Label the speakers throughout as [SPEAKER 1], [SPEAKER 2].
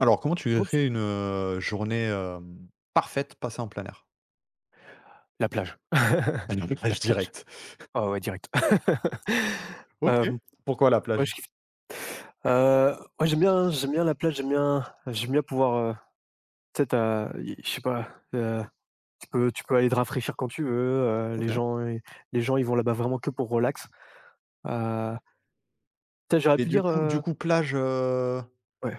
[SPEAKER 1] Alors, comment tu
[SPEAKER 2] Oups,
[SPEAKER 1] crées une, journée, parfaite passée en plein air?
[SPEAKER 2] la plage.
[SPEAKER 1] À la
[SPEAKER 2] La
[SPEAKER 1] plage
[SPEAKER 2] plage.
[SPEAKER 1] directe.
[SPEAKER 2] Ah ouais, direct.
[SPEAKER 1] OK.
[SPEAKER 2] Hem,
[SPEAKER 1] Pourquoi la
[SPEAKER 2] ouais,
[SPEAKER 1] plage?
[SPEAKER 2] je kiffe. Ouais, j'aime bien la plage, j'aime bien pouvoir, tu sais, tu as je sais pas, heu, tu peux aller te rafraîchir quand tu veux. heu, les
[SPEAKER 1] OK.
[SPEAKER 2] gens i les gens, ils vont là-bas vraiment que pour relax. Heu, tu sais, j'aurais
[SPEAKER 1] Mais
[SPEAKER 2] pu
[SPEAKER 1] du
[SPEAKER 2] dire,
[SPEAKER 1] coup du coup plage,
[SPEAKER 2] ouais,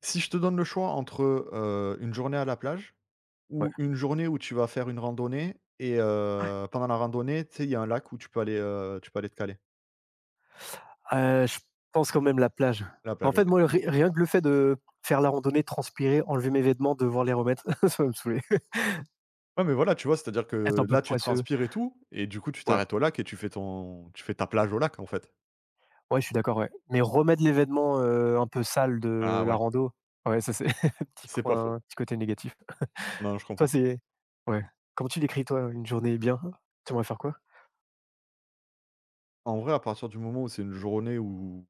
[SPEAKER 1] si je te donne le choix entre, une journée à la plage
[SPEAKER 2] ouais,
[SPEAKER 1] ou une journée où tu vas faire une randonnée et pendant la randonnée, tu sais, il y a un lac où tu peux aller te caler.
[SPEAKER 2] je pense quand même la plage.
[SPEAKER 1] La
[SPEAKER 2] En
[SPEAKER 1] plage,
[SPEAKER 2] fait,
[SPEAKER 1] OK.
[SPEAKER 2] moi, ri rien que le fait de faire la randonnée, transpirer, enlever mes vêtements, devoir les remettre, ça va me saouler.
[SPEAKER 1] Ouais, mais voilà, tu vois? C'est-à-dire
[SPEAKER 2] Être un
[SPEAKER 1] que
[SPEAKER 2] peu
[SPEAKER 1] là, tu
[SPEAKER 2] poisseux.
[SPEAKER 1] transpires et tout et du coup, tu
[SPEAKER 2] Ouais.
[SPEAKER 1] t'arrêtes au lac et tu fais ta plage au lac, en fait.
[SPEAKER 2] Ouais, je suis d'accord, ouais. Mais remettre l'événement, un peu sale
[SPEAKER 1] Ah
[SPEAKER 2] de la
[SPEAKER 1] ouais,
[SPEAKER 2] rando, ouais, ça c'est
[SPEAKER 1] c'est pas faux.
[SPEAKER 2] petit côté négatif.
[SPEAKER 1] Non, je
[SPEAKER 2] Toi,
[SPEAKER 1] comprends.
[SPEAKER 2] c'est ouais. Comment tu décris, toi, une journée bien? Tu aimerais faire quoi?
[SPEAKER 1] En vrai, à partir du moment où c'est une journée où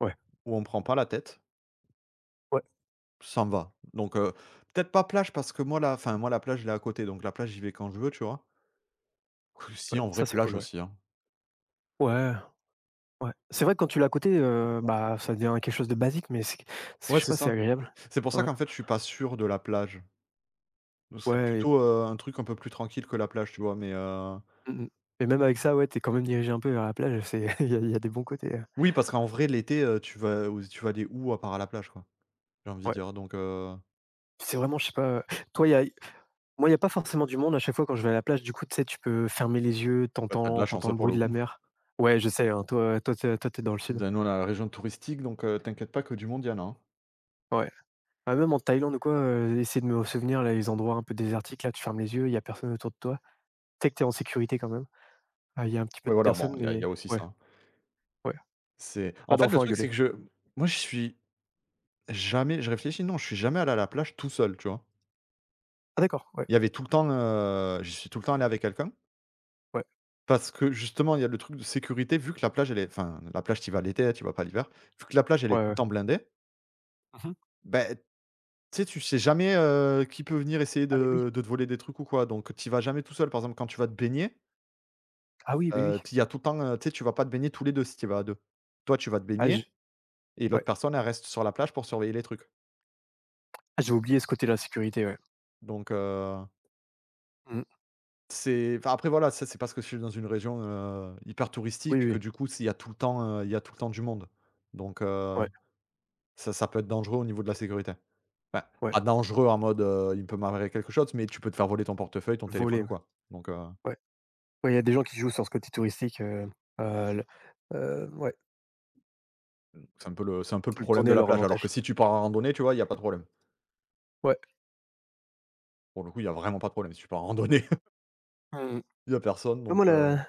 [SPEAKER 2] Ouais,
[SPEAKER 1] où on prend pas la tête,
[SPEAKER 2] ouais,
[SPEAKER 1] ça me va. Donc peut-être pas plage parce que moi la plage, elle est à côté, donc la plage, j'y vais quand je veux, tu vois? Quoique si,
[SPEAKER 2] ouais,
[SPEAKER 1] en vrai,
[SPEAKER 2] ça c'est
[SPEAKER 1] plage
[SPEAKER 2] cool, ouais.
[SPEAKER 1] aussi, hein.
[SPEAKER 2] Ouais, ouais. C'est vrai que quand tu l'as à côté, bah, ça devient quelque chose de basique, mais c'est
[SPEAKER 1] Ouais,
[SPEAKER 2] je sais
[SPEAKER 1] c'est
[SPEAKER 2] pas, c'est
[SPEAKER 1] ça.
[SPEAKER 2] agréable.
[SPEAKER 1] C'est pour ça
[SPEAKER 2] Ouais,
[SPEAKER 1] qu'en fait, je suis pas sûr de la plage. Donc, c'est
[SPEAKER 2] ouais et
[SPEAKER 1] plutôt, un truc un peu plus tranquille que la plage, tu vois? Mais
[SPEAKER 2] mmh mh et même avec ça, ouais, t'es quand même dirigé un peu vers la plage, c'est il y a des bons côtés,
[SPEAKER 1] oui, parce qu'en vrai, l'été, tu vas aller où à part à la plage, quoi? J'ai envie de
[SPEAKER 2] ouais.
[SPEAKER 1] dire, donc
[SPEAKER 2] C'est vraiment, je sais pas, toi, il y a moi, il y a pas forcément du monde. À chaque fois quand je vais à la plage, du coup, tu sais, tu peux fermer les yeux,
[SPEAKER 1] bah, tu de
[SPEAKER 2] t'entends,
[SPEAKER 1] la chance,
[SPEAKER 2] t'entends
[SPEAKER 1] hein,
[SPEAKER 2] le
[SPEAKER 1] pour
[SPEAKER 2] bruit
[SPEAKER 1] le
[SPEAKER 2] de la
[SPEAKER 1] coup.
[SPEAKER 2] mer. Ouais, je sais, hein, toi t'es dans le sud.
[SPEAKER 1] Nous, on a la région touristique, donc t'inquiète pas que du monde, il y en a, hein.
[SPEAKER 2] Ouais. Ah, même en Thaïlande ou quoi, essayer de me souvenir là, les endroits un peu désertiques là, tu fermes les yeux, il y a personne autour de toi. Tu sais que t'es en sécurité quand même. Ah, il y a un petit peu
[SPEAKER 1] Ouais,
[SPEAKER 2] de
[SPEAKER 1] voilà, bon,
[SPEAKER 2] personnes,
[SPEAKER 1] il y a
[SPEAKER 2] mais
[SPEAKER 1] aussi
[SPEAKER 2] ouais,
[SPEAKER 1] ça.
[SPEAKER 2] ouais,
[SPEAKER 1] C'est en
[SPEAKER 2] pas
[SPEAKER 1] fait, le
[SPEAKER 2] d'enfants à
[SPEAKER 1] truc,
[SPEAKER 2] gueuler.
[SPEAKER 1] c'est que je moi, je réfléchis, non, je suis jamais allé à la plage tout seul, tu vois?
[SPEAKER 2] Ah d'accord, ouais,
[SPEAKER 1] Il y avait tout le temps, j'y suis tout le temps allé avec quelqu'un
[SPEAKER 2] ouais,
[SPEAKER 1] parce que justement, il y a le truc de sécurité vu que la plage, la plage, tu vas l'été, hein, tu vas pas l'hiver. Vu que la plage, elle est
[SPEAKER 2] ouais,
[SPEAKER 1] tout le
[SPEAKER 2] ouais.
[SPEAKER 1] temps blindée,
[SPEAKER 2] Mmh.
[SPEAKER 1] ben tu sais jamais, qui peut venir essayer
[SPEAKER 2] Ah mais oui.
[SPEAKER 1] de te voler des trucs ou quoi, donc tu vas jamais tout seul. Par exemple, quand tu vas te baigner,
[SPEAKER 2] Ah oui, mais oui.
[SPEAKER 1] tu y a tout le temps, tu sais, tu vas pas te baigner tous les 2 si tu vas à 2. Toi, tu vas te
[SPEAKER 2] Ah je
[SPEAKER 1] baigner et
[SPEAKER 2] ouais.
[SPEAKER 1] l'autre personne, elle reste sur la plage pour surveiller les trucs.
[SPEAKER 2] Ah j'ai oublié ce côté de la sécurité, ouais.
[SPEAKER 1] donc heu
[SPEAKER 2] Mmh.
[SPEAKER 1] C'est Enfin, après voilà, ça c'est parce que je suis dans une région, hyper touristique
[SPEAKER 2] Oui,
[SPEAKER 1] et que
[SPEAKER 2] oui,
[SPEAKER 1] du coup, s'il y a tout le temps, il y a tout le temps du monde. Donc
[SPEAKER 2] ouais,
[SPEAKER 1] ça peut être dangereux au niveau de la sécurité. Enfin,
[SPEAKER 2] ouais,
[SPEAKER 1] pas dangereux en mode, il peut m'arriver quelque chose, mais tu peux te faire voler ton portefeuille, ton
[SPEAKER 2] voler,
[SPEAKER 1] téléphone ou
[SPEAKER 2] ouais,
[SPEAKER 1] quoi. Donc
[SPEAKER 2] ouais. Ouais, il y a des gens qui jouent sur ce côté touristique, le ouais,
[SPEAKER 1] c'est un peu le
[SPEAKER 2] le
[SPEAKER 1] problème
[SPEAKER 2] tourner
[SPEAKER 1] de
[SPEAKER 2] à
[SPEAKER 1] la
[SPEAKER 2] leur
[SPEAKER 1] plage. Alors que
[SPEAKER 2] avantage.
[SPEAKER 1] si tu pars en randonnée, tu vois, il y a pas de problème.
[SPEAKER 2] Ouais.
[SPEAKER 1] Pour le coup, il y a vraiment pas de problème. Si tu pars en randonnée,
[SPEAKER 2] Mmh.
[SPEAKER 1] il y a personne
[SPEAKER 2] Non,
[SPEAKER 1] donc
[SPEAKER 2] moi, la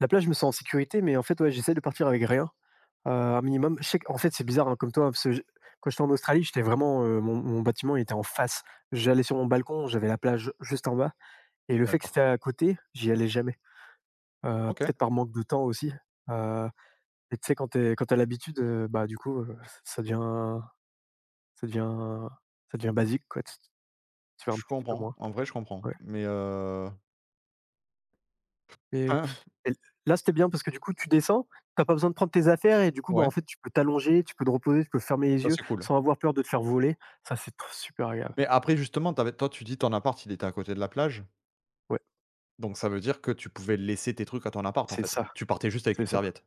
[SPEAKER 2] la plage, je me sens en sécurité, mais en fait, ouais, j'essaie de partir avec rien, un minimum. Je sais qu'en fait, c'est bizarre, hein, comme toi, hein, parce que je quand j'étais en Australie, j'étais vraiment, mon bâtiment, il était en face. J'allais sur mon balcon, j'avais la plage juste en bas et le fait que c'était
[SPEAKER 1] d'accord.
[SPEAKER 2] à côté, j'y allais jamais,
[SPEAKER 1] OK,
[SPEAKER 2] peut-être par manque de temps aussi, heu et tu sais, quand tu as l'habitude, bah, du coup, ça devient ça devient ça devient basique, quoi. Tu vas un
[SPEAKER 1] je
[SPEAKER 2] petit peu
[SPEAKER 1] comprends.
[SPEAKER 2] moins.
[SPEAKER 1] En vrai, je comprends.
[SPEAKER 2] Ouais.
[SPEAKER 1] Mais
[SPEAKER 2] Et
[SPEAKER 1] hein,
[SPEAKER 2] et là, c'était bien parce que du coup, tu descends, t'as pas besoin de prendre tes affaires et du coup, bah,
[SPEAKER 1] ouais,
[SPEAKER 2] en fait, tu peux t'allonger, tu peux te reposer, tu peux fermer les
[SPEAKER 1] ça
[SPEAKER 2] yeux
[SPEAKER 1] c'est cool.
[SPEAKER 2] sans avoir peur de te faire voler. Ça, c'est trop super agréable.
[SPEAKER 1] Mais après justement, tu toi tu dis ton appart, il était à côté de la plage?
[SPEAKER 2] Ouais,
[SPEAKER 1] Donc ça veut dire que tu pouvais laisser tes trucs à ton appart, en
[SPEAKER 2] c'est
[SPEAKER 1] fait.
[SPEAKER 2] ça,
[SPEAKER 1] Tu partais juste avec
[SPEAKER 2] c'est
[SPEAKER 1] une
[SPEAKER 2] ça.
[SPEAKER 1] serviette.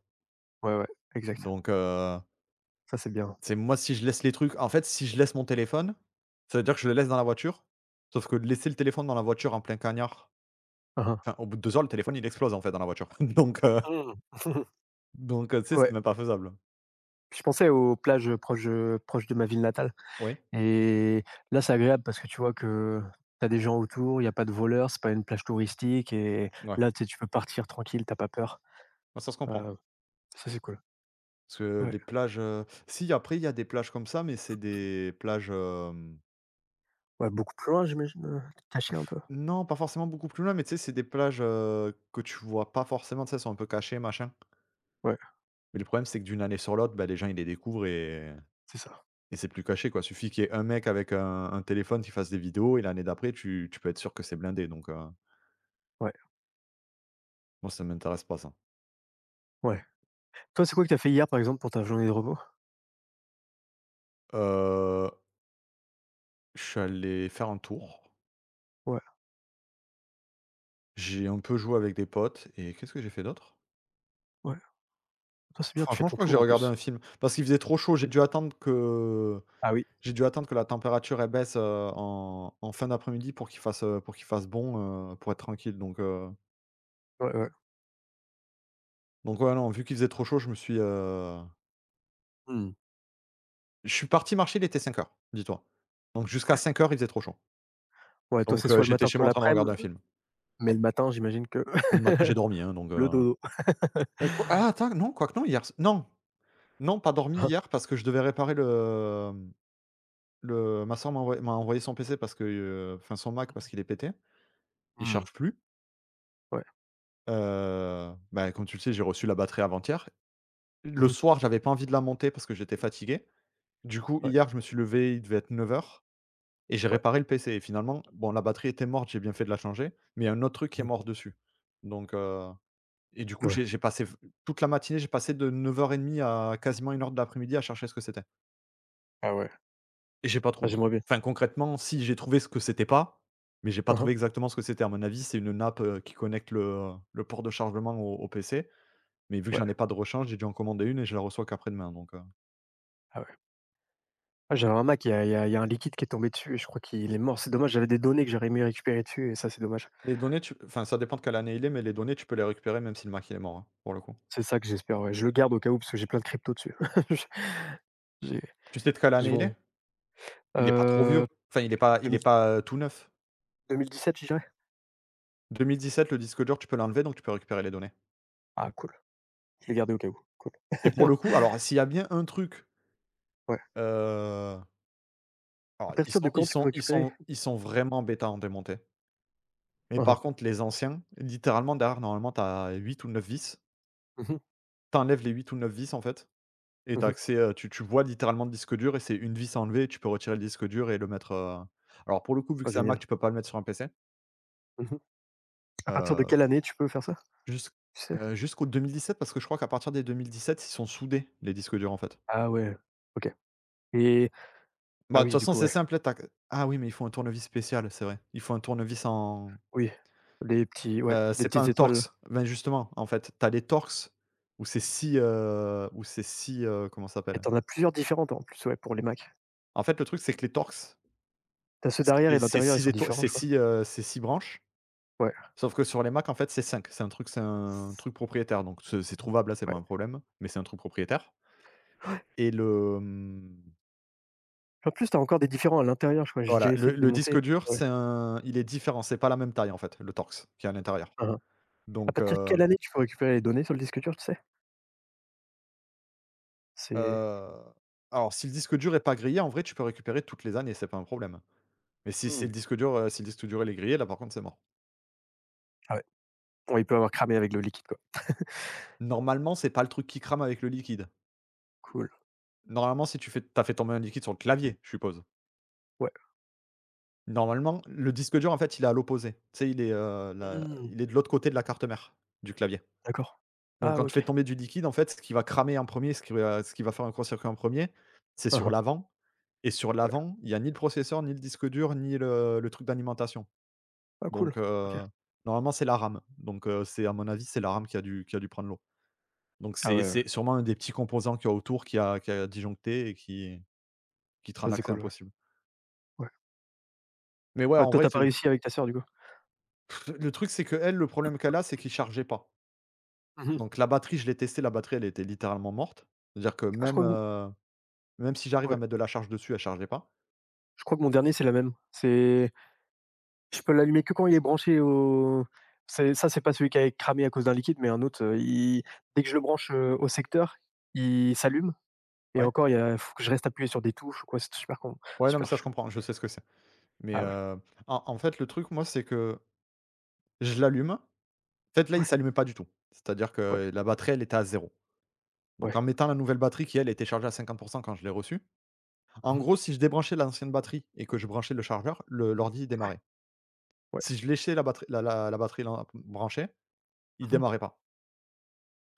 [SPEAKER 2] Ouais, ouais, exact.
[SPEAKER 1] Donc,
[SPEAKER 2] Ça, c'est bien.
[SPEAKER 1] c'est moi si je laisse les trucs en fait, si je laisse mon téléphone, ça veut dire que je le laisse dans la voiture, sauf que laisser le téléphone dans la voiture en plein cagnard,
[SPEAKER 2] Hein hein.
[SPEAKER 1] enfin, au bout de 2 heures, le téléphone, il explose, en fait, dans la voiture. Donc, heu, donc, heu, tu sais, c'est
[SPEAKER 2] Ouais,
[SPEAKER 1] même pas faisable.
[SPEAKER 2] je pensais aux plages, proches, proches de ma ville natale
[SPEAKER 1] Oui,
[SPEAKER 2] et là, c'est agréable parce que tu vois que t'as des gens autour, il y a pas de voleurs, c'est pas une plage touristique et
[SPEAKER 1] ouais,
[SPEAKER 2] là, tu sais, tu peux partir tranquille, t'as pas peur.
[SPEAKER 1] bah, ça se comprend.
[SPEAKER 2] Heu, ça, c'est cool.
[SPEAKER 1] Parce que
[SPEAKER 2] Ouais.
[SPEAKER 1] les plages, si après il y a des plages comme ça, mais c'est des plages,
[SPEAKER 2] Ouais, beaucoup plus loin, j'imagine, tu un peu?
[SPEAKER 1] non, pas forcément beaucoup plus loin, mais tu sais, c'est des plages, que tu vois pas forcément, tu sais, elles sont un peu cachées, machin.
[SPEAKER 2] Ouais,
[SPEAKER 1] Mais le problème, c'est que d'une année sur l'autre, bah, les gens, ils les découvrent et
[SPEAKER 2] c'est ça.
[SPEAKER 1] et c'est plus caché, quoi. Suffit qu'il y ait un mec avec un téléphone qui fasse des vidéos et l'année d'après, tu peux être sûr que c'est blindé donc
[SPEAKER 2] Ouais,
[SPEAKER 1] moi, ça ne m'intéresse pas ça.
[SPEAKER 2] ouais. Toi, c'est quoi que t'as fait hier, par exemple, pour ta journée de repos?
[SPEAKER 1] Heu, je suis allé faire un tour.
[SPEAKER 2] Ouais,
[SPEAKER 1] J'ai un peu joué avec des potes et qu'est-ce que j'ai fait d'autre?
[SPEAKER 2] ouais. Toi, c'est bien, tu fais
[SPEAKER 1] Franchement, je
[SPEAKER 2] ton
[SPEAKER 1] crois que
[SPEAKER 2] tour
[SPEAKER 1] j'ai
[SPEAKER 2] en
[SPEAKER 1] regardé
[SPEAKER 2] plus.
[SPEAKER 1] un film parce qu'il faisait trop chaud.
[SPEAKER 2] Ah oui,
[SPEAKER 1] J'ai dû attendre que la température, elle baisse, en fin d'après-midi pour pour qu'il fasse bon, pour être tranquille. donc heu,
[SPEAKER 2] ouais, ouais.
[SPEAKER 1] donc ouais, non, vu qu'il faisait trop chaud,
[SPEAKER 2] Mmh.
[SPEAKER 1] je suis parti marcher, il était 5h. Dis-toi. Donc jusqu'à 5h, il faisait trop chaud.
[SPEAKER 2] Ouais, toi,
[SPEAKER 1] Donc
[SPEAKER 2] c'est soit le
[SPEAKER 1] j'étais
[SPEAKER 2] matin,
[SPEAKER 1] chez
[SPEAKER 2] soit
[SPEAKER 1] moi en train de
[SPEAKER 2] l'après-midi
[SPEAKER 1] regarder un film.
[SPEAKER 2] mais le matin, j'imagine que
[SPEAKER 1] Le matin, j'ai dormi, hein, donc
[SPEAKER 2] le dodo,
[SPEAKER 1] quoi ah attends, non, quoique non, hier s non, non, pas dormi
[SPEAKER 2] hein?
[SPEAKER 1] hier parce que je devais réparer le, ma sœur m'a envoyé son PC parce que, enfin son Mac parce qu'il est pété. Il
[SPEAKER 2] Mmh.
[SPEAKER 1] charge plus.
[SPEAKER 2] Ouais.
[SPEAKER 1] Bah, comme tu le sais, j'ai reçu la batterie avant-hier. Le
[SPEAKER 2] Mmh.
[SPEAKER 1] soir, j'avais pas envie de la monter parce que j'étais fatigué. Du coup,
[SPEAKER 2] Ouais,
[SPEAKER 1] hier, je me suis levé, il devait être 9h. Et j'ai
[SPEAKER 2] ouais.
[SPEAKER 1] réparé le PC et finalement, bon la batterie était morte, j'ai bien fait de la changer, mais il y a un autre truc qui est
[SPEAKER 2] Mmh.
[SPEAKER 1] mort dessus. Donc heu et du coup j'ai
[SPEAKER 2] Ouais.
[SPEAKER 1] j'ai passé v toute la matinée, j'ai passé de 9h30 à quasiment 1h de l'après-midi à chercher ce que c'était
[SPEAKER 2] Ah ouais.
[SPEAKER 1] et j'ai pas
[SPEAKER 2] Ah,
[SPEAKER 1] trouvé.
[SPEAKER 2] j'aimerais bien.
[SPEAKER 1] Enfin concrètement, si, j'ai trouvé ce que c'était pas, mais j'ai pas
[SPEAKER 2] Hein,
[SPEAKER 1] trouvé
[SPEAKER 2] hein.
[SPEAKER 1] exactement ce que c'était. À mon avis, c'est une nappe, qui connecte le port de chargement au PC, mais vu que
[SPEAKER 2] Ouais.
[SPEAKER 1] j'en ai pas de rechange, j'ai dû en commander une et je la reçois qu'après-demain donc.
[SPEAKER 2] Ah ouais. Ah, j'avais un Mac, il y a il y a il y a un liquide qui est tombé dessus et je crois qu'il est mort. C'est dommage, j'avais des données que j'aurais aimé récupérer dessus et ça, c'est dommage.
[SPEAKER 1] Les données tu enfin ça dépend de quelle année il est, mais les données tu peux les récupérer même si le Mac il est mort, hein, pour le coup.
[SPEAKER 2] C'est ça que j'espère, ouais. Je le garde au cas où parce que j'ai plein de cryptos dessus. J'ai
[SPEAKER 1] Tu sais de quelle
[SPEAKER 2] Ils
[SPEAKER 1] année il est?
[SPEAKER 2] vont
[SPEAKER 1] Il est pas trop vieux.
[SPEAKER 2] heu,
[SPEAKER 1] Enfin, il est pas, tout neuf.
[SPEAKER 2] 2000-2017 je dirais.
[SPEAKER 1] 2017, le disque dur, tu peux l'enlever, donc tu peux récupérer les données
[SPEAKER 2] Ah cool, je l'ai gardé au cas où, cool.
[SPEAKER 1] et pour le coup, alors s'il y a bien un truc,
[SPEAKER 2] Ouais.
[SPEAKER 1] heu,
[SPEAKER 2] À
[SPEAKER 1] alors ils
[SPEAKER 2] partir de
[SPEAKER 1] sont ils
[SPEAKER 2] quand tu peux
[SPEAKER 1] sont ils
[SPEAKER 2] récupérer?
[SPEAKER 1] sont ils sont vraiment bêta en démonter. Mais
[SPEAKER 2] Hein, hein.
[SPEAKER 1] par contre, les anciens, littéralement derrière, normalement, t'as 8 ou 9 vis.
[SPEAKER 2] Mmh. mh.
[SPEAKER 1] T'enlèves les 8 ou 9 vis, en fait et t'as
[SPEAKER 2] Mmh.
[SPEAKER 1] accès, tu vois littéralement le disque dur et c'est une vis à enlever tu peux retirer le disque dur et le mettre, alors pour le coup, vu
[SPEAKER 2] Ah
[SPEAKER 1] que c'est un Mac,
[SPEAKER 2] génial.
[SPEAKER 1] tu peux pas le mettre sur un PC.
[SPEAKER 2] Mmh. À partir de
[SPEAKER 1] heu
[SPEAKER 2] quelle année tu peux faire ça,
[SPEAKER 1] Jusqu'
[SPEAKER 2] tu sais?
[SPEAKER 1] Jusqu'au 2017 parce que je crois qu'à partir des 2017, ils sont soudés, les disques durs, en fait.
[SPEAKER 2] Ah ouais, OK et
[SPEAKER 1] Bah,
[SPEAKER 2] ah
[SPEAKER 1] de toute
[SPEAKER 2] oui, du
[SPEAKER 1] façon,
[SPEAKER 2] coup,
[SPEAKER 1] c'est
[SPEAKER 2] ouais,
[SPEAKER 1] simple, tu ah oui, mais il faut un tournevis spécial, c'est vrai. Il faut un tournevis en
[SPEAKER 2] oui, les petits ouais, des
[SPEAKER 1] c'est pas
[SPEAKER 2] petites
[SPEAKER 1] un
[SPEAKER 2] étoiles
[SPEAKER 1] Torx. Ben, justement, en fait, t'as les Torx où c'est 6, où c'est 6, comment ça
[SPEAKER 2] et
[SPEAKER 1] s'appelle?
[SPEAKER 2] t'en as plusieurs différentes en plus, ouais, pour les Mac.
[SPEAKER 1] En fait, le truc, c'est que les Torx,
[SPEAKER 2] T'as ceux d'arrière
[SPEAKER 1] c'est
[SPEAKER 2] et
[SPEAKER 1] c'est
[SPEAKER 2] d'intérieur, ils
[SPEAKER 1] 6
[SPEAKER 2] sont
[SPEAKER 1] étoiles,
[SPEAKER 2] différents,
[SPEAKER 1] c'est
[SPEAKER 2] je crois.
[SPEAKER 1] six heu, c'est six branches,
[SPEAKER 2] Ouais,
[SPEAKER 1] sauf que sur les Mac, en fait, c'est cinq. C'est un truc propriétaire, donc c'est trouvable, là c'est pas
[SPEAKER 2] ouais.
[SPEAKER 1] un problème, mais c'est un truc propriétaire et le, mmh
[SPEAKER 2] En plus, t'as encore des différents à l'intérieur, je crois, j'ai
[SPEAKER 1] Voilà,
[SPEAKER 2] déjà
[SPEAKER 1] le
[SPEAKER 2] essayé de
[SPEAKER 1] le
[SPEAKER 2] démonter.
[SPEAKER 1] disque dur,
[SPEAKER 2] Ouais.
[SPEAKER 1] c'est un il est différent, c'est pas la même taille en fait, le Torx qui est à l'intérieur.
[SPEAKER 2] Hein, hein. À
[SPEAKER 1] Donc,
[SPEAKER 2] partir de quelle année tu peux récupérer les données sur le disque dur, tu sais? C'est
[SPEAKER 1] heu, alors si le disque dur est pas grillé, en vrai, tu peux récupérer toutes les années, c'est pas un problème. Mais si c'est
[SPEAKER 2] Mmh.
[SPEAKER 1] le disque dur, si le disque dur, il est grillé, là, par contre, c'est mort.
[SPEAKER 2] Ah ouais. Ouais, il peut avoir cramé avec le liquide, quoi.
[SPEAKER 1] Normalement, c'est pas le truc qui crame avec le liquide.
[SPEAKER 2] Cool.
[SPEAKER 1] Normalement, si tu as fait tomber un liquide sur le clavier, je suppose?
[SPEAKER 2] Ouais.
[SPEAKER 1] Normalement, le disque dur, en fait, il est à l'opposé. Tu sais, il est, là,
[SPEAKER 2] Mmh.
[SPEAKER 1] il est de l'autre côté de la carte mère du clavier.
[SPEAKER 2] D'accord.
[SPEAKER 1] Donc
[SPEAKER 2] Ah
[SPEAKER 1] quand tu
[SPEAKER 2] OK.
[SPEAKER 1] fais tomber du liquide, en fait, ce qui va cramer en premier, ce qui va faire un court circuit en premier, c'est
[SPEAKER 2] Hein,
[SPEAKER 1] sur
[SPEAKER 2] hein.
[SPEAKER 1] l'avant. Et sur
[SPEAKER 2] Ouais.
[SPEAKER 1] l'avant, il y a ni le processeur, ni le disque dur, ni le truc d'alimentation.
[SPEAKER 2] Ah cool.
[SPEAKER 1] Donc,
[SPEAKER 2] OK.
[SPEAKER 1] normalement, c'est la RAM. Donc, c'est à mon avis, c'est la RAM qui a dû prendre l'eau. Donc
[SPEAKER 2] Ah
[SPEAKER 1] c'est
[SPEAKER 2] ouais, ouais.
[SPEAKER 1] c'est sûrement un des petits composants qu'il y a autour qui a disjoncté et qui te rend
[SPEAKER 2] Ça, c'est
[SPEAKER 1] l'accès
[SPEAKER 2] cool, ouais.
[SPEAKER 1] impossible.
[SPEAKER 2] Ouais.
[SPEAKER 1] Mais ouais,
[SPEAKER 2] Ah
[SPEAKER 1] en
[SPEAKER 2] toi, tu
[SPEAKER 1] vrai,
[SPEAKER 2] as pas
[SPEAKER 1] ce
[SPEAKER 2] réussi avec ta sœur, du coup?
[SPEAKER 1] le truc, c'est qu'elle, le problème qu'elle a, c'est qu'il chargeait pas.
[SPEAKER 2] Mmh. mh.
[SPEAKER 1] Donc la batterie, je l'ai testé, la batterie, elle était littéralement morte. C'est-à-dire que
[SPEAKER 2] Ah je
[SPEAKER 1] même,
[SPEAKER 2] crois que m
[SPEAKER 1] heu, même si j'arrive à
[SPEAKER 2] ouais,
[SPEAKER 1] mettre de la charge dessus, elle chargeait pas.
[SPEAKER 2] je crois que mon dernier, c'est la même. C'est Je peux l'allumer que quand il est branché au c'est ça, c'est pas celui qui a cramé à cause d'un liquide, mais un autre, il dès que je le branche, au secteur, il s'allume et
[SPEAKER 1] Ouais.
[SPEAKER 2] encore, il y a faut que je reste appuyé sur des touches ou quoi, c'est super con
[SPEAKER 1] Ouais, non, mais
[SPEAKER 2] super
[SPEAKER 1] ça, je
[SPEAKER 2] chiant.
[SPEAKER 1] comprends, je sais ce que c'est. Mais,
[SPEAKER 2] Ah ouais.
[SPEAKER 1] en fait, le truc, moi, c'est que je l'allume fait, là, il
[SPEAKER 2] Ouais,
[SPEAKER 1] s'allumait pas du tout. C'est-à-dire
[SPEAKER 2] ouais,
[SPEAKER 1] que la batterie, elle était à zéro. Donc
[SPEAKER 2] ouais.
[SPEAKER 1] en mettant la nouvelle batterie qui, elle, était chargée à 50 quand je l'ai reçue, en
[SPEAKER 2] Mmh. mh.
[SPEAKER 1] gros, si je débranchais l'ancienne batterie et que je branchais le chargeur, le l'ordi, il démarrait.
[SPEAKER 2] Ouais.
[SPEAKER 1] Si je léchais la batterie lan branchée, il
[SPEAKER 2] Mmh. mh.
[SPEAKER 1] démarrait pas.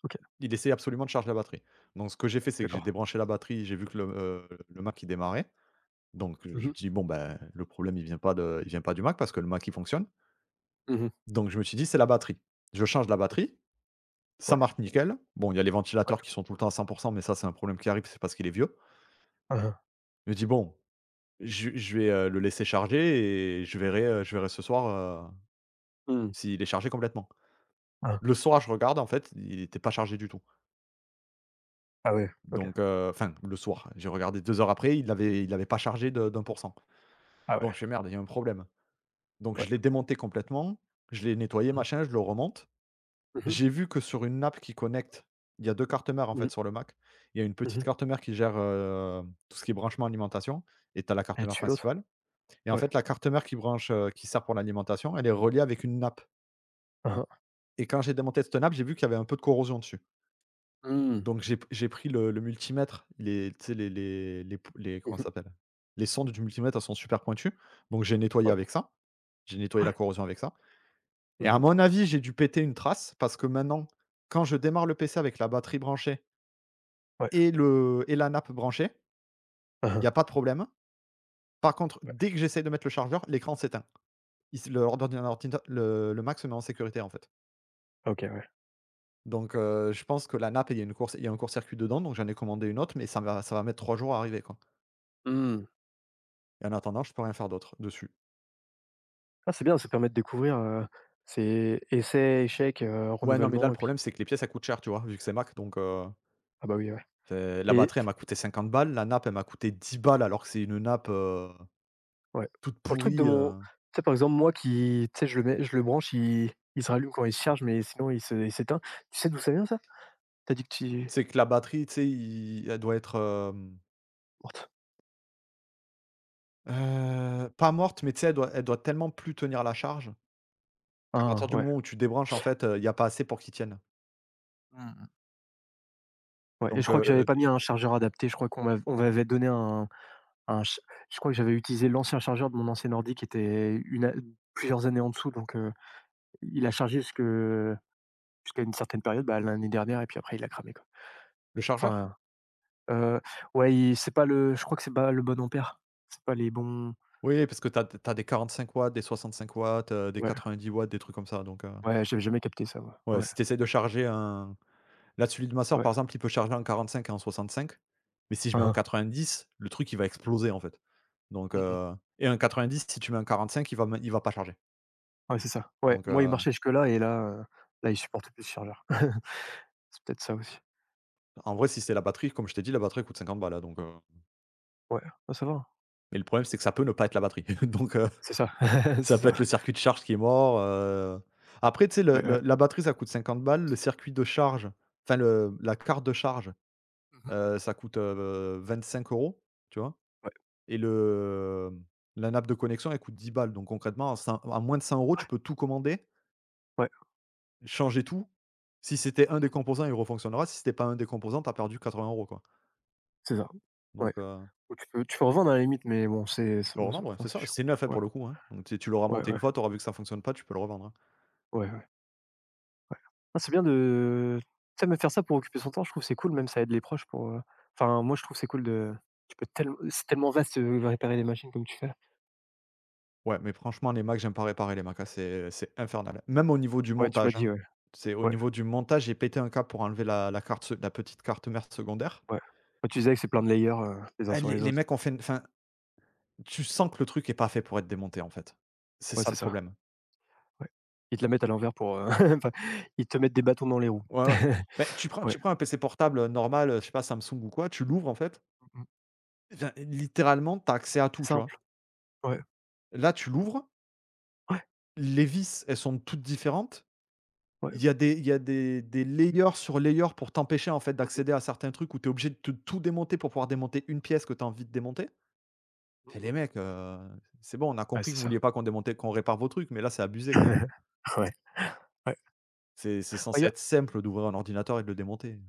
[SPEAKER 2] OK,
[SPEAKER 1] Il essayait absolument de charger la batterie. Donc ce que j'ai fait, c'est que j'ai
[SPEAKER 2] d'accord.
[SPEAKER 1] débranché la batterie, j'ai vu que le Mac, il démarrait. Donc je me
[SPEAKER 2] Mmh.
[SPEAKER 1] suis
[SPEAKER 2] mh.
[SPEAKER 1] dit: «Bon, ben, le problème, il vient pas du Mac parce que le Mac, il fonctionne».
[SPEAKER 2] Mmh. mh.
[SPEAKER 1] Donc je me suis dit: «C'est la batterie». Je change la batterie. Ça
[SPEAKER 2] Ouais,
[SPEAKER 1] marche nickel. Bon, il y a les
[SPEAKER 2] ouais.
[SPEAKER 1] ventilateurs qui sont tout le temps à 100%, mais ça, c'est un problème qui arrive, c'est parce qu'il est vieux.
[SPEAKER 2] Hein, hein.
[SPEAKER 1] Je me dis: «Bon, je vais, le laisser charger et je verrai ce soir,
[SPEAKER 2] Mmh.
[SPEAKER 1] s'il est chargé complètement».
[SPEAKER 2] Hein, hein.
[SPEAKER 1] Le soir, je regarde, en fait, il était pas chargé du tout.
[SPEAKER 2] Ah ouais, OK.
[SPEAKER 1] Donc, enfin, le soir, j'ai regardé 2 heures après, il l'avait pas chargé de d'un pour cent.
[SPEAKER 2] Ah ouais,
[SPEAKER 1] Donc je fais: «Merde, il y a un problème». Donc
[SPEAKER 2] ouais.
[SPEAKER 1] je l'ai démonté complètement, je l'ai nettoyé,
[SPEAKER 2] Mmh. mh.
[SPEAKER 1] machin, je le remonte. J'ai vu que sur une nappe qui connecte, il y a 2 cartes mères, en fait,
[SPEAKER 2] Mmh.
[SPEAKER 1] sur le Mac. Il y a une
[SPEAKER 2] Mmh.
[SPEAKER 1] petite
[SPEAKER 2] mh.
[SPEAKER 1] carte mère qui gère, tout ce qui est branchement alimentation et tu as la carte
[SPEAKER 2] Elle
[SPEAKER 1] mère
[SPEAKER 2] tue l'autre?
[SPEAKER 1] principale et en
[SPEAKER 2] Ouais.
[SPEAKER 1] fait, la carte mère qui branche, qui sert pour l'alimentation, elle est reliée avec une nappe
[SPEAKER 2] Hein, hein.
[SPEAKER 1] et quand j'ai démonté cette nappe, j'ai vu qu'il y avait un peu de corrosion dessus.
[SPEAKER 2] Mmh.
[SPEAKER 1] Donc j'ai pris le multimètre, les, tu sais, les pou les, comment
[SPEAKER 2] Mmh.
[SPEAKER 1] ça
[SPEAKER 2] mh.
[SPEAKER 1] s'appelle? Les sondes du multimètre, elles sont super pointues, donc j'ai nettoyé
[SPEAKER 2] Ouais.
[SPEAKER 1] avec ça. J'ai nettoyé la corrosion avec ça et
[SPEAKER 2] Mmh.
[SPEAKER 1] à
[SPEAKER 2] mh.
[SPEAKER 1] mon avis, j'ai dû péter une trace parce que maintenant, quand je démarre le PC avec la batterie branchée
[SPEAKER 2] Ouais.
[SPEAKER 1] et la nappe branchée,
[SPEAKER 2] Hein,
[SPEAKER 1] il y
[SPEAKER 2] hein.
[SPEAKER 1] a pas de problème. Par contre,
[SPEAKER 2] Ouais.
[SPEAKER 1] dès que j'essaye de mettre le chargeur, l'écran s'éteint. Il se le l'ordina le Mac se met en sécurité, en fait.
[SPEAKER 2] OK, ouais.
[SPEAKER 1] Donc, je pense que la nappe, il y a un court-circuit dedans, donc j'en ai commandé une autre, mais ça va mettre 3 jours à arriver, quoi,
[SPEAKER 2] Mmh.
[SPEAKER 1] et en attendant, je peux rien faire d'autre dessus.
[SPEAKER 2] Ah, c'est bien, ça permet de découvrir, c'est essais, échecs,
[SPEAKER 1] Ouais, non, mais là, le
[SPEAKER 2] renouvellement et puis
[SPEAKER 1] problème, c'est que les pièces, ça coûte cher, tu vois? Vu que c'est Mac, donc,
[SPEAKER 2] ah bah oui, ouais
[SPEAKER 1] c'est la
[SPEAKER 2] et
[SPEAKER 1] batterie, elle m'a coûté 50 balles, la nappe, elle m'a coûté 10 balles, alors que c'est une nappe,
[SPEAKER 2] ouais.
[SPEAKER 1] toute
[SPEAKER 2] Pour le truc de
[SPEAKER 1] pourrie,
[SPEAKER 2] mon
[SPEAKER 1] heu.
[SPEAKER 2] tu sais, par exemple, moi qui tu sais, je le branche, il se rallume quand il se charge, mais sinon il s'éteint. Tu sais d'où ça vient ça? Tu as dit que tu
[SPEAKER 1] Tu que la batterie, tu sais, il elle doit être, hem
[SPEAKER 2] morte.
[SPEAKER 1] Pas morte, mais tu sais, elle doit tellement plus tenir la charge qu'à partir
[SPEAKER 2] Ah
[SPEAKER 1] du
[SPEAKER 2] ouais.
[SPEAKER 1] moment où tu débranches, en fait, il y a pas assez pour qu'il tienne.
[SPEAKER 2] Mmh. Ouais et je
[SPEAKER 1] Donc,
[SPEAKER 2] crois que j'avais pas mis un chargeur adapté. Je crois qu'on m'av on m'avait donné un ch je crois que j'avais utilisé l'ancien chargeur de mon ancien ordi qui était une a plusieurs années en dessous donc il a chargé jusque jusqu'à une certaine période, bah, l'année dernière et puis après il a cramé quoi.
[SPEAKER 1] le chargeur?
[SPEAKER 2] Enfin, heu, ouais, il c'est pas le je crois que c'est pas le bon ampère. C'est pas les bons
[SPEAKER 1] Oui, parce que tu as des 65 watts, des 65 watts, des
[SPEAKER 2] ouais,
[SPEAKER 1] 90 watts, des trucs comme ça, donc,
[SPEAKER 2] ouais, j'avais jamais capté ça, ouais,
[SPEAKER 1] ouais,
[SPEAKER 2] ouais,
[SPEAKER 1] si tu essaies de charger un là, celui de ma sœur,
[SPEAKER 2] ouais.
[SPEAKER 1] par exemple, il peut charger en 45 et en 65. Mais si je
[SPEAKER 2] Hein,
[SPEAKER 1] mets un
[SPEAKER 2] hein.
[SPEAKER 1] 90, le truc, il va exploser, en fait. Donc
[SPEAKER 2] Mmh.
[SPEAKER 1] heu et un 90, si tu mets un 45, il va pas charger.
[SPEAKER 2] Ouais, c'est ça. Ouais,
[SPEAKER 1] Donc,
[SPEAKER 2] moi il marchait jusque là et là, là, il supporte plus le chargeur. C'est peut-être ça aussi.
[SPEAKER 1] en vrai, si c'est la batterie, comme je t'ai dit, la batterie coûte 50 balles, hein, donc.
[SPEAKER 2] Ouais, bah, ça va, hein.
[SPEAKER 1] Mais le problème, c'est que ça peut ne pas être la batterie. Donc,
[SPEAKER 2] C'est ça, c'est
[SPEAKER 1] ça peut être le
[SPEAKER 2] ça.
[SPEAKER 1] circuit de charge qui est mort, après, tu sais,
[SPEAKER 2] Ouais, ouais.
[SPEAKER 1] le la batterie, ça coûte 50 balles, le circuit de charge, enfin le la carte de charge,
[SPEAKER 2] Mmh.
[SPEAKER 1] ça coûte, 25 euros, tu vois?
[SPEAKER 2] Ouais,
[SPEAKER 1] Et la nappe de connexion, elle coûte 10 balles. Donc concrètement, à moins de 100 euros, tu peux tout commander,
[SPEAKER 2] ouais,
[SPEAKER 1] changer tout. Si c'était
[SPEAKER 2] mh.
[SPEAKER 1] un des
[SPEAKER 2] Mmh.
[SPEAKER 1] composants, il refonctionnera. Si c'était pas un des composants, t'as as perdu 80 euros, quoi.
[SPEAKER 2] C'est ça. Ouais,
[SPEAKER 1] Donc,
[SPEAKER 2] ou tu peux revendre à la limite, mais bon, c'est
[SPEAKER 1] tu
[SPEAKER 2] c'est
[SPEAKER 1] peux
[SPEAKER 2] moi, c'est
[SPEAKER 1] revendre, ouais,
[SPEAKER 2] enfin,
[SPEAKER 1] c'est
[SPEAKER 2] c'est
[SPEAKER 1] ça.
[SPEAKER 2] chiant.
[SPEAKER 1] C'est neuf, hein,
[SPEAKER 2] Ouais,
[SPEAKER 1] pour le coup, hein. Donc tu l'auras
[SPEAKER 2] ouais,
[SPEAKER 1] monté
[SPEAKER 2] ouais,
[SPEAKER 1] une fois, t'auras vu que ça fonctionne pas, tu peux le revendre, hein.
[SPEAKER 2] ouais, ouais. Ah, c'est bien de tu sais, même faire ça pour occuper son temps, je trouve que c'est cool, même ça aide les proches pour, enfin, moi, je trouve que c'est cool de tu peux tellem c'est tellement vaste, réparer les machines comme tu fais.
[SPEAKER 1] Ouais, mais franchement, les Macs, j'aime pas réparer les Macs, hein, c'est infernal. Même au niveau du
[SPEAKER 2] Ouais, tu
[SPEAKER 1] montage,
[SPEAKER 2] m'as
[SPEAKER 1] hein.
[SPEAKER 2] dit, ouais,
[SPEAKER 1] C'est au
[SPEAKER 2] ouais,
[SPEAKER 1] niveau du montage, j'ai pété un câble pour enlever la petite carte mère secondaire.
[SPEAKER 2] ouais. Ouais, tu disais que c'est plein de layers, les uns
[SPEAKER 1] Ah
[SPEAKER 2] sur
[SPEAKER 1] les
[SPEAKER 2] les
[SPEAKER 1] les
[SPEAKER 2] autres.
[SPEAKER 1] mecs ont fait une enfin, tu sens
[SPEAKER 2] Mmh.
[SPEAKER 1] que le truc est pas fait pour être démonté, en fait. C'est
[SPEAKER 2] Ouais,
[SPEAKER 1] ça
[SPEAKER 2] c'est
[SPEAKER 1] le
[SPEAKER 2] ça,
[SPEAKER 1] problème.
[SPEAKER 2] ouais. Ils te la mettent à l'envers pour, enfin, ils te mettent des bâtons dans les roues.
[SPEAKER 1] Ouais, ouais. Beh, tu prends
[SPEAKER 2] Ouais.
[SPEAKER 1] tu prends un PC portable, normal, je sais pas Samsung ou quoi, tu l'ouvres en fait,
[SPEAKER 2] Mmh. mh.
[SPEAKER 1] enfin littéralement, t'as accès à tout,
[SPEAKER 2] C'est
[SPEAKER 1] tu vois?
[SPEAKER 2] simple. Ouais,
[SPEAKER 1] Là, tu l'ouvres,
[SPEAKER 2] ouais,
[SPEAKER 1] les vis, elles sont toutes différentes.
[SPEAKER 2] ouais.
[SPEAKER 1] Il y a des layers sur layers pour t'empêcher, en fait,
[SPEAKER 2] Mmh. mh.
[SPEAKER 1] d'accéder à certains trucs où tu es obligé de te tout démonter pour pouvoir démonter une pièce que tu as envie de démonter.
[SPEAKER 2] Mmh.
[SPEAKER 1] Fais les
[SPEAKER 2] mh.
[SPEAKER 1] mecs, c'est bon, on a
[SPEAKER 2] Ouais,
[SPEAKER 1] compris que
[SPEAKER 2] c'est
[SPEAKER 1] vous vouliez
[SPEAKER 2] ça.
[SPEAKER 1] pas qu'on répare vos trucs, mais là, c'est abusé quand même.
[SPEAKER 2] Ouais, ouais. Ouais,
[SPEAKER 1] C'est
[SPEAKER 2] il y
[SPEAKER 1] censé être
[SPEAKER 2] a
[SPEAKER 1] simple d'ouvrir un ordinateur et de le démonter.